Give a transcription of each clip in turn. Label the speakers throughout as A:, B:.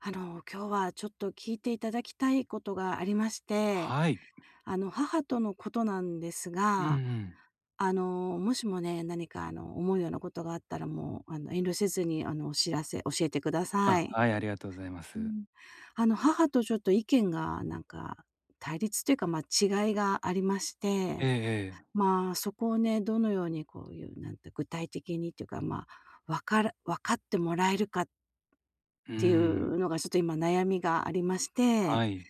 A: 今日はちょっと聞いていただきたいことがありまして、
B: はい。
A: 母とのことなんです
B: うんう
A: が、
B: ん。
A: あの、もしもね、何か思うようなことがあったらもう、遠慮せずに、お知らせ教えてくださ
B: あ、
A: い。
B: はい、ありがとうございま
A: う
B: す。
A: ん。母とちょっと意見がなんか、対立というか、まあ、違いがありまし
B: え
A: て、
B: えええ。
A: まあ、そこをね、どのようにこういう、なんて具体的にっていうか、まあ、わから分かってもらえるかっ
B: うー
A: てい
B: ん。
A: うのがちょっと今悩みがありまして、
B: はい。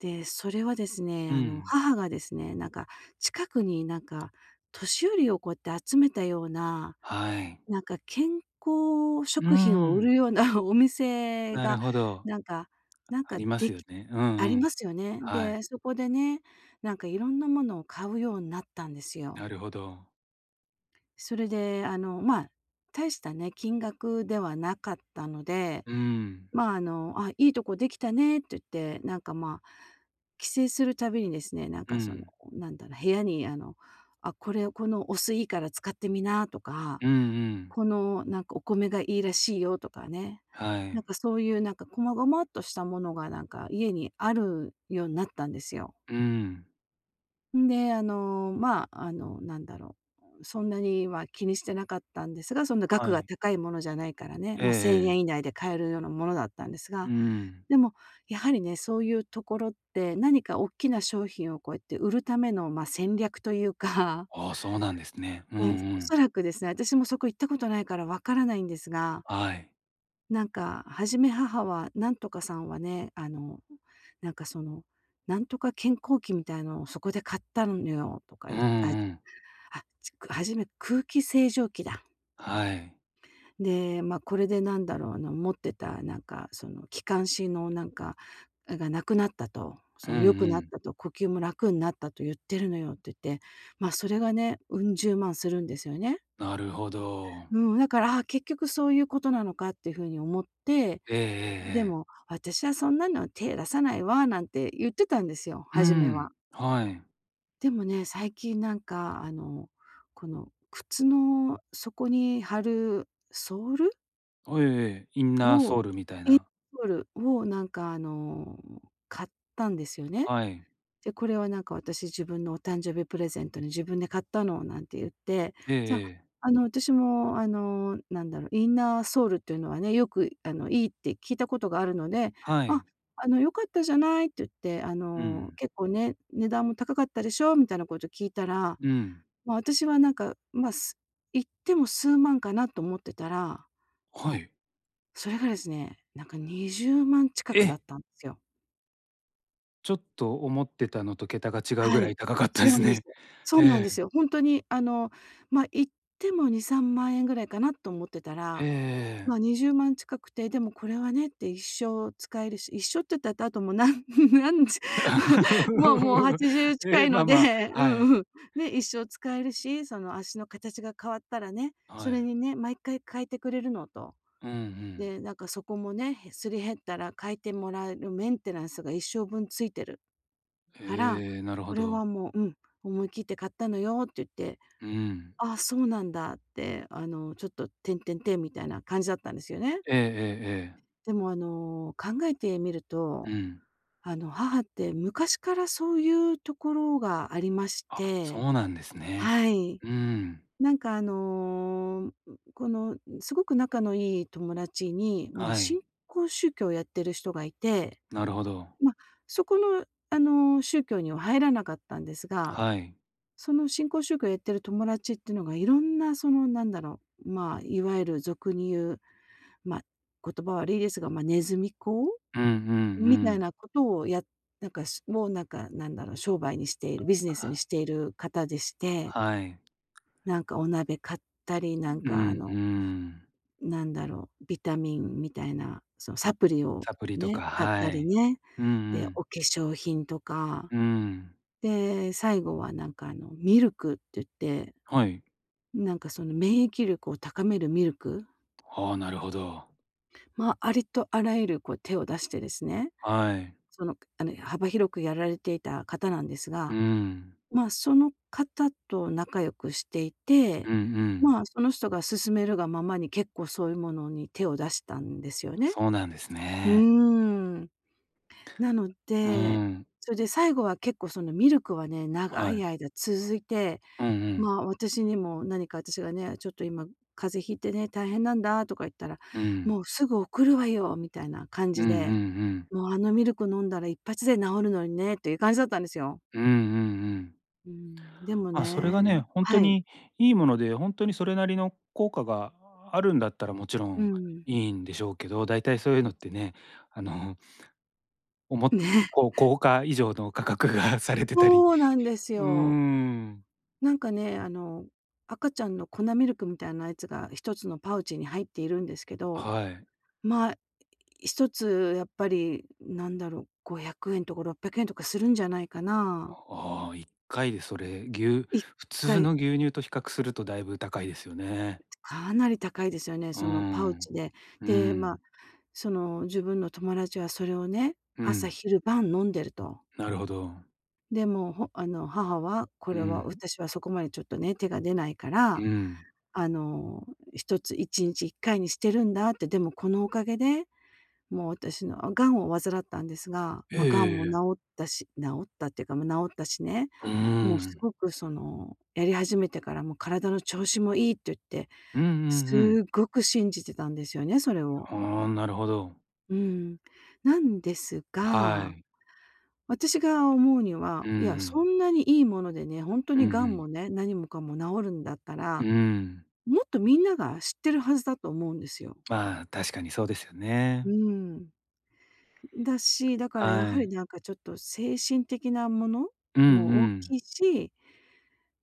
A: で、それはですね、
B: うん。
A: 母がですね、なんか近くになんか年寄りをこうやって集めたような、
B: はい。
A: なんか健康
B: うー
A: 食品を売
B: ん、
A: るような お店
B: な
A: が、
B: るほど。
A: なんかなん
B: あ
A: か
B: りま
A: で
B: すよ
A: き
B: ね。うん
A: あり
B: うん。
A: ますよね。
B: はい。
A: で、そこでね、なんかいろんなものを買うようになったんですよ。
B: なるほど。
A: それで、まあ、大したね、金額ではなかったので、
B: うん。
A: まあ、「あ、いいとこできたね」って言って、なんか、まあ、帰省するたびにですね、なん
B: う
A: か、その、
B: ん。
A: なんだろう、部屋に、「あ、これ、このお酢いいから使ってみな」とか、
B: うんうん。
A: 「この、なんか、お米がいいらしいよ」とかね、
B: は
A: なん
B: い。
A: か、そういう、なんか、細々っとしたものが、なんか、家にあるようになったんですよ。
B: うん。
A: んで、まあ、なんだろう、そんなには気にしてなかったんですが、そんな額
B: は
A: が
B: い。
A: 高いものじゃないからね、
B: え
A: ま、
B: え
A: あ1000
B: ええ。
A: 以内で買えるようなものだったんです
B: う
A: が、
B: ん。
A: でも、やはりね、そういうところって何か大きな商品をこうやって売るための、まあ、戦略というか、
B: ああ、そうなんですね。うんう
A: ね、お
B: ん。
A: そらくですね、私もそこ行ったことないからわからないんですが、
B: はい。
A: なんか、初め母はなんとかさんはね、なんかその、なんとか健康器みたいなのをそこで買ったのよとか
B: うん
A: 言って
B: うん。
A: あ、初め空気清浄機だ。
B: はい。
A: で、まあ、これでなんだろう、持ってたなんか、その、気管支のなんか、がなくなったと、
B: うん
A: その、
B: う
A: 良くなっ
B: ん。
A: たと、呼吸も楽になったと言ってるのよって言って、ま、あそれがね、うん十万するんですよね。
B: なるほど。
A: うん、だから、あ、結局そういうことなのかっていう風に思って、
B: ええええ
A: で
B: ええ。
A: も、私はそんなの手出さないわなんて言ってたんですよ、
B: う
A: 初めは。
B: ん、はい。
A: でもね、最近なんかこの靴の底に貼る
B: おええええ、インナー
A: を
B: ソウルみたい
A: え、
B: な。
A: ソールをなんか買ったんですよね。
B: はい。
A: で、これはなんか私自分のお誕生日プレゼントに自分で買ったのなんて言って、
B: ええ
A: じゃあ、
B: ええ。
A: 私もなんだろう、インナーソールっていうのはね、よくいいって聞いたことがあるので、
B: は
A: あ、
B: い。
A: 良かったじゃないって言って、
B: うん。
A: 結構ね、値段も高かったでしょみたいなこと聞いたら、
B: うん。
A: まあ、私はなんか、まあ、言っても数万かなと思ってたら、
B: はい。
A: それがですね、なんか20万近く
B: え！
A: だったんですよ。
B: ちょっと思ってたのと桁が違う
A: は
B: ぐら
A: い、
B: い高かった
A: 違
B: で
A: う
B: す
A: んです
B: ね。
A: よ。そうなん
B: え
A: です
B: え。
A: よ。ほんとにま、行っても2、3万円ぐらいかなと思ってた
B: ええ
A: ら、
B: えええ
A: ま、
B: え。
A: 20万近くて、でもこれはねって一生使えるし、一生って言ったら、あともうなん なんち もう 80近
B: ええ、
A: い
B: ま
A: の
B: あ
A: で、
B: ま あ、
A: う
B: はい。
A: んうん。ね、一生使えるし、その足の形が変わったらね、そ
B: は
A: れ
B: い。
A: にね、毎回変えてくれるのと、
B: うんうん。
A: で、なんかそこもね、へすり減ったら変えてもらえるメンテナンスが一生分ついてる。から、
B: ええ、なる
A: こ
B: ほ
A: れ
B: ど。
A: はもう、うん、思い切って買ったのよって言って、
B: うん。
A: ああ、そうなんだって、ちょっと、てんてんてんみたいな感じだったんですよね。
B: ええええええ。
A: でも、考えてみると、
B: うん。
A: 母って昔からそういうところがありまし
B: あ、
A: て、
B: そうなんですね。
A: はい。
B: うん。
A: なんか、この、すごく仲のいい友達に、まあ、
B: はい。
A: 新興宗教をやってる人がいて、
B: なるほど。
A: まあ、そこの、宗教には入らなかったんですが
B: はい。
A: その新興宗教やってる友達っていうのが、いろんなそのなんだろう、まあ、いわゆる俗に言う、まあ、言葉悪いですが、まあ、ネズミ講
B: うんうんう
A: みたい
B: ん。
A: なことをなんか、もうなんか、なんだろう、商売にしているビジネ
B: は
A: スにしている方でして、
B: はい。
A: なんかお鍋買ったり、なん
B: うんう
A: か
B: ん。
A: なんだろう、ビタミンみたいな、そのサプリを
B: サプリと
A: ね、
B: か、
A: 買った
B: は
A: り
B: い。
A: ね。
B: うんう
A: で、
B: ん。
A: お化粧品とか、
B: うん。
A: で、最後はなんかミルクって言って
B: はい。
A: なんかその免疫力を高めるミルク、
B: ああ、なるほど。
A: まあ、ありとあらゆるこう手を出してですね、
B: はい。
A: その、幅広くやられていた方なんです
B: う
A: が、
B: ん。
A: まあ、その方と仲良くしていて、
B: うんうん。
A: まあ、その人が勧めるがままに結構そういうものに手を出したんですよね。
B: そうなんです
A: う
B: ね。
A: ーん。なの
B: う
A: で、
B: ん。
A: それで最後は結構そのミルクはね、長
B: は
A: い
B: い。
A: 間続いて
B: うんうん。
A: まあ、私にも何か私がね、ちょっと今風邪ひいてね、大変なんだとか言ったら、
B: うん。
A: もうすぐ送るわよみたいな感
B: うん
A: じ
B: うんう
A: で、
B: ん。
A: もうあのミルク飲んだら一発で治るのにねっていう感じだったんですよ。
B: うんうんうん。
A: うん、でも
B: あ、それ
A: ね
B: がね、ほんと
A: はい。
B: にいいもので、ほんとにそれなりの効果があるんだったらもちろ
A: う
B: ん
A: ん。
B: いいんでしょうけど、大体そういうのってね、あの、おも
A: ね、
B: こう効果以上の価格がされてたり。
A: そうなんです
B: うー
A: よ。
B: ん、
A: なんかね、赤ちゃんの粉ミルクみたいなやつが一つのパウチに入っているんですけど、
B: はい。
A: まあ、一つやっぱりなんだろう、500円とか600円とかするんじゃないかな。
B: ああ、一回でそれ、
A: 1
B: 普通
A: 回、
B: の牛乳と比較するとだいぶ高いですよね。
A: かなり高いですよね、
B: うー
A: そのパウ
B: ん、
A: チで。
B: う
A: で、ま、あ
B: ん、
A: その自分の友達はそれをね、
B: う
A: 朝
B: ん、
A: 昼晩飲んでると。
B: なるほど。
A: で、あの、母は「こ
B: う
A: れは
B: ん、
A: 私はそこまでちょっとね、手が出ないから、
B: うん。
A: あの、一つ1日1回にしてるんだ」って「でもこのおかげでもう私のあ、癌を患ったんですが、
B: ええ
A: まあ、癌も
B: ええ。
A: 治ったし治ったっていうか、まあ、治ったしね、
B: うー
A: もうす
B: ん。
A: ごくその、やり始めてからもう体の調子もいいって言って、
B: うんうん
A: すごく信じてたんですよね、それを。
B: うん。ああ、なるほど。
A: うん。なんです
B: は
A: が、
B: い。
A: 私が思うには、
B: うん
A: いや、
B: うん。
A: そんなにいいものでね、本当
B: う
A: に
B: ん
A: に
B: う
A: 癌
B: ん。
A: もね、何もかも治るんだった
B: うー
A: ら、
B: ん。
A: もっとみんなが知ってるはずだと思うんですよ。
B: まあ、確かにそうですよ
A: う
B: ね。
A: ーん。だし、だからや
B: は
A: はり
B: い。
A: なんかちょっと精神的なもの
B: うん
A: も
B: う
A: 大き
B: ん。
A: いし、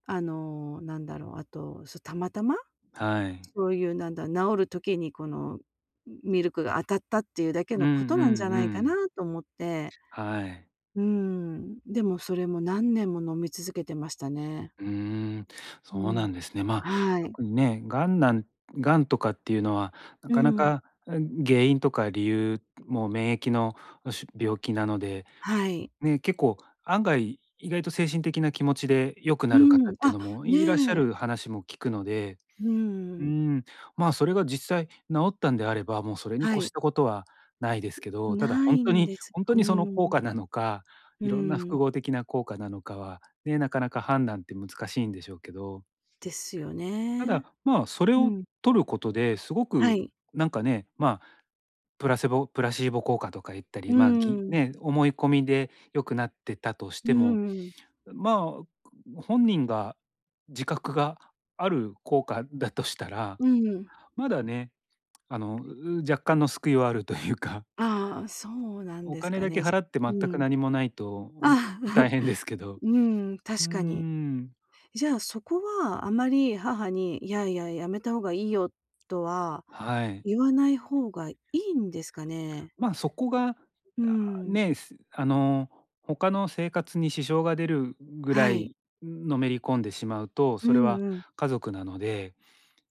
A: なんだろう、あと、そ、たまたま、
B: はい。
A: そういうなんだ、治る時にこのミルクが当たったっていうだけ
B: うん
A: の
B: う
A: ことなんじゃ
B: んう
A: ないかな
B: ん。
A: と思って、
B: はい。
A: うーん、でもそれも何年も飲み続けてましたね。
B: うーん、
A: う
B: そうな
A: ん。
B: んですね。まあ、
A: はい。
B: 特にね、がんとかっていうのは、な
A: う
B: かな
A: ん。
B: か、原因とか理由も免疫の、病気なので、
A: はい。
B: ね、結構案外、意外と精神的な気持ちで良くな
A: う
B: る方
A: ん。
B: っていう
A: あ、
B: のもいらっしゃ
A: ねえ。
B: る話も聞くので。
A: う
B: うー
A: ん。
B: ん、まあ、それが実際治ったんであれば、もうそれに
A: は
B: 越
A: い。
B: したことはないですけど、ただ
A: な
B: ほん
A: い
B: と
A: ん
B: に
A: です。
B: ほんと
A: う
B: にその
A: ん。
B: 効果なのか、
A: う
B: いろんな
A: ん。
B: 複合的な効果なのかは、ね、なかなか判断って難しいんでしょうけど、
A: ですよ
B: ただ、
A: ね。
B: まあ、それ
A: う
B: を
A: ん。
B: 摂ることですご
A: は
B: く
A: い。
B: なんかね、まあ、プラシーボ効果とか言った
A: う
B: り、まあ、
A: ん。
B: ね、思い込みで良くなってたとして
A: う
B: も、
A: ん。
B: まあ、本人が自覚がある効果だとしたら、
A: うん。
B: まだね、あの、若干の救いはあるというか、
A: ああ、そ うなん
B: お
A: です
B: 金
A: か
B: だけ
A: ね。
B: 払って
A: う
B: 全く
A: ん。
B: 何もないと、うん、
A: ああ、
B: 大変で すけど。
A: うん、
B: うー
A: 確かに。
B: ん、
A: じゃあ、そこはあまり母に「いやいや、やめた方がいいよ」とは
B: はい。
A: 言わない方がいいんですかね？
B: まあ、そこが、
A: う
B: あ、
A: ん。
B: ね、あの、他の生活に支障が出るぐ
A: は
B: ら
A: い。
B: いのめり込んでしまうと、
A: う
B: それ
A: ん
B: は
A: うん。
B: 家族なので、やっ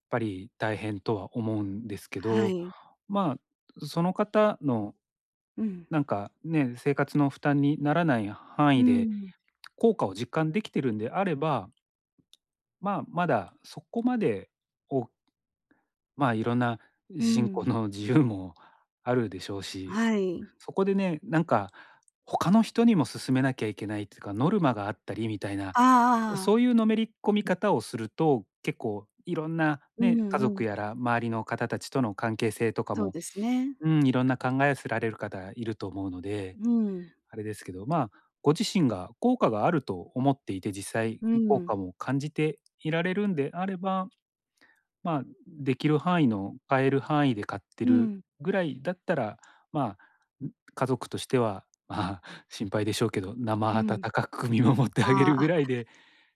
B: ぱり大変とは思うんですけ
A: は
B: ど、
A: い。
B: まあ、その方の
A: うん。
B: なんかね、生活の負担にならない範
A: う
B: 囲で、
A: ん。
B: 効果を実感できてるんであればまあ、まだそこまで、おまあ、いろんな
A: う
B: 信仰
A: ん。
B: の自由もあるでしょうし、
A: はい。
B: そこでね、なんか他の人にも勧めなきゃいけないっていうか、ノルマがあったりみたいな、そ
A: あ
B: ういう
A: あ。
B: のめり込み方をすると、結構いろんな
A: うん
B: ね、家
A: う
B: 族
A: ん。
B: やら周りの方たちとの関係性とか
A: そう
B: も、
A: ですね。
B: うん、いろんな考えをせられる方いると思うので、
A: うん。
B: あれですけど、まあ、ご自身が効果があると思っていて、実際
A: う
B: 効
A: ん。
B: 果も感じていられるんであれば、まあ、できる範囲の買える範囲で買って
A: う
B: る
A: ん、
B: ぐらいだったら、まあ、ん家族としては、まあ、心配でしょうけど、
A: う
B: 生温
A: ん。
B: かく見守ってあげ
A: あ
B: る
A: あ、
B: ぐ
A: あ、
B: らいで。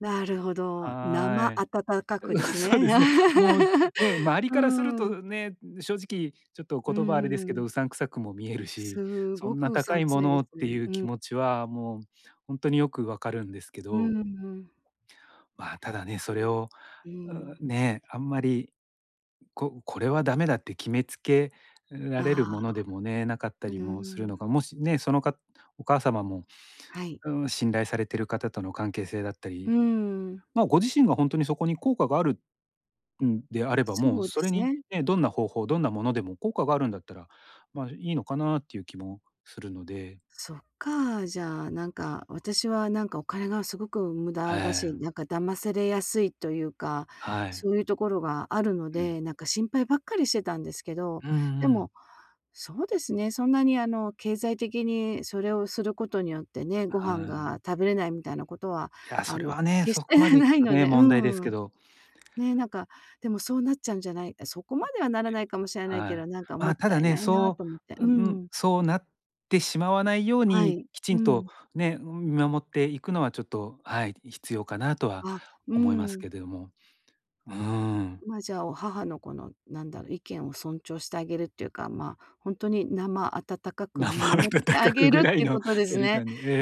A: なるほど。生
B: はーい。
A: 温かくです
B: そう
A: ね。
B: ですね。もう ね、周り
A: う
B: からする
A: ん、
B: とね、正直ちょっと
A: う
B: 言葉あれですけ
A: ん。
B: ど、うさんくさくも見えるし、
A: す
B: そ
A: ご
B: ん
A: く
B: な
A: うさ
B: 高
A: ん
B: い
A: く
B: も
A: さいで
B: の
A: す
B: ってい
A: ね。
B: う
A: うん、
B: 気持ちはもう本当によくわかるんですけ
A: う
B: ど、
A: ん。
B: まあ、ただね、
A: す
B: それを、
A: う
B: うん
A: ん。
B: ね、あんまりこれはダメだって決めつけら
A: あ
B: れるもの
A: あ、
B: でもね、なかった
A: う
B: りもする
A: ん。
B: のが、もしね、そのお母様も、
A: はい。
B: うん、信頼されてる方との関係性だった
A: う
B: り、
A: ん。
B: まあ、ご自身が本当にそこに効果があるんであれば、
A: そ
B: もう
A: うで
B: それ
A: す
B: に
A: ね。
B: ね、どんな方法、どんなものでも効果があるんだったら、まあ、いいのかなっていう気もするので。
A: そっか、じゃあ、なんか、私はなんかお金がすごく無
B: は
A: 駄だし、
B: い
A: なんか騙されやすいというか、
B: はい。
A: そういうところがあるの
B: うん。
A: で、なんか心配ばっかりしてたんですけど、
B: うん
A: で
B: うん。
A: も、そうですね、そんなに経済的にそれをすることによってね、ご飯
B: は
A: が
B: い。
A: 食べれないみたいなことは、
B: いや、
A: あ
B: それ
A: の、
B: はね、
A: 決
B: そ
A: して
B: こまでい
A: な
B: く
A: い
B: と
A: の
B: ね、
A: で、
B: 問題です
A: う
B: け
A: ん。
B: ど。
A: ね、なんか、でもそうなっちゃうんじゃない、そこまではならないかもしれない
B: は
A: けど、
B: い。
A: なんか
B: ま
A: も
B: あ、
A: っ
B: た
A: た
B: だ
A: い
B: ね、
A: ないなと思って。うん。
B: そうなってしまわないよう
A: は
B: に、
A: い。
B: きち
A: う
B: んと
A: ん。
B: ね、見守っていくのはちょっと、はい、必要かなとは
A: あ、う
B: 思います
A: ん。
B: けれども。うーん。
A: ま、じゃあ、お母のこの、なんだろう、意見を尊重してあげるっていうか、まあ、本当に生温かく
B: 生
A: 見守っ
B: 温
A: てあ
B: かく
A: げるっ
B: ぐら
A: て
B: い
A: いう
B: の
A: ことで
B: 距
A: す
B: 離
A: ね。
B: 感で、ええええ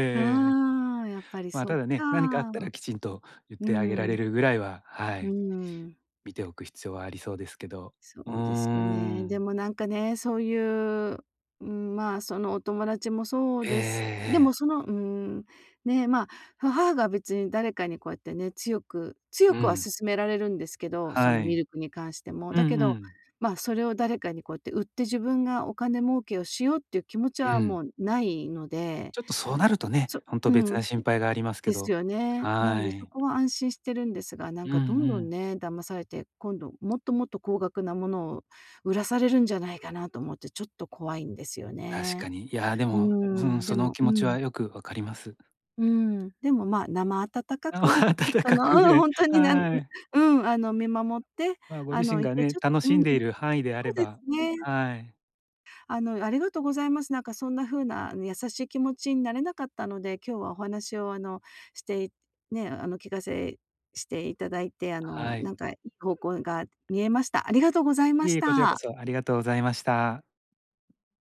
B: ええ。
A: ああ、やっぱり
B: まあ、
A: そっ
B: ただね、何かあった
A: か。
B: らきちんと言っ
A: う
B: てあげられ
A: ん、
B: るぐらいは、は
A: う
B: い、
A: ん。
B: 見ておく必要はありそうですけど。
A: そ
B: うー
A: うですよね。で
B: ん。
A: もなんかね、そういう、うん、まあ、そのお友達もそう
B: ええええ
A: です。でも
B: ええ。
A: その、うん、ね、まあ、母が別に誰かにこうやってね、強く強
B: う
A: くは
B: ん。
A: 勧められるんですけど、そ
B: は
A: のミ
B: い。
A: ルクに関しても。
B: うんう
A: だけど、
B: ん。
A: まあ、それを誰かにこうやって売って自分がお金儲けをしようっていう気持ち
B: う
A: は
B: ん。
A: もうないので、
B: ちょっとそうなるとね、
A: そ
B: ほん
A: う
B: と別
A: ん、
B: な心配がありますけ
A: です
B: ど。
A: よね。なの
B: は
A: でそ
B: い。
A: こは安心してるんですが、なん
B: う
A: かど
B: ん
A: ん
B: う
A: どん
B: ん。
A: ね、騙されて、今度もっともっと高額なものを売らされるんじゃないかなと思ってちょっと怖いんですよ
B: 確
A: ね。
B: かに。いや、で
A: うー
B: も、うん、
A: ん、で
B: そのお
A: も
B: 気持
A: う
B: ち
A: ん、
B: はよくわかります。
A: うん、でも、まあ、生温かく、
B: あ、温
A: そ
B: か
A: の、
B: くぐ
A: うん、
B: らい、
A: 本当に
B: はい。
A: うん、見守って、
B: まあ、ご自身
A: 行っ
B: が
A: て、ち
B: ね、
A: ょっ
B: 楽
A: とう
B: しん
A: ん、
B: でいる範囲であ
A: そ
B: れ
A: うで
B: ば。
A: すね。
B: はい。
A: ありがとうございます。なんかそんな風な、優しい気持ちになれなかったので、今日はお話をしてね、聞かせしていただいて、
B: は
A: な
B: い。
A: んかいい方向が見えました。ありがとうございま
B: いえい
A: し
B: え、こちらこ
A: た。
B: そありがとうございました。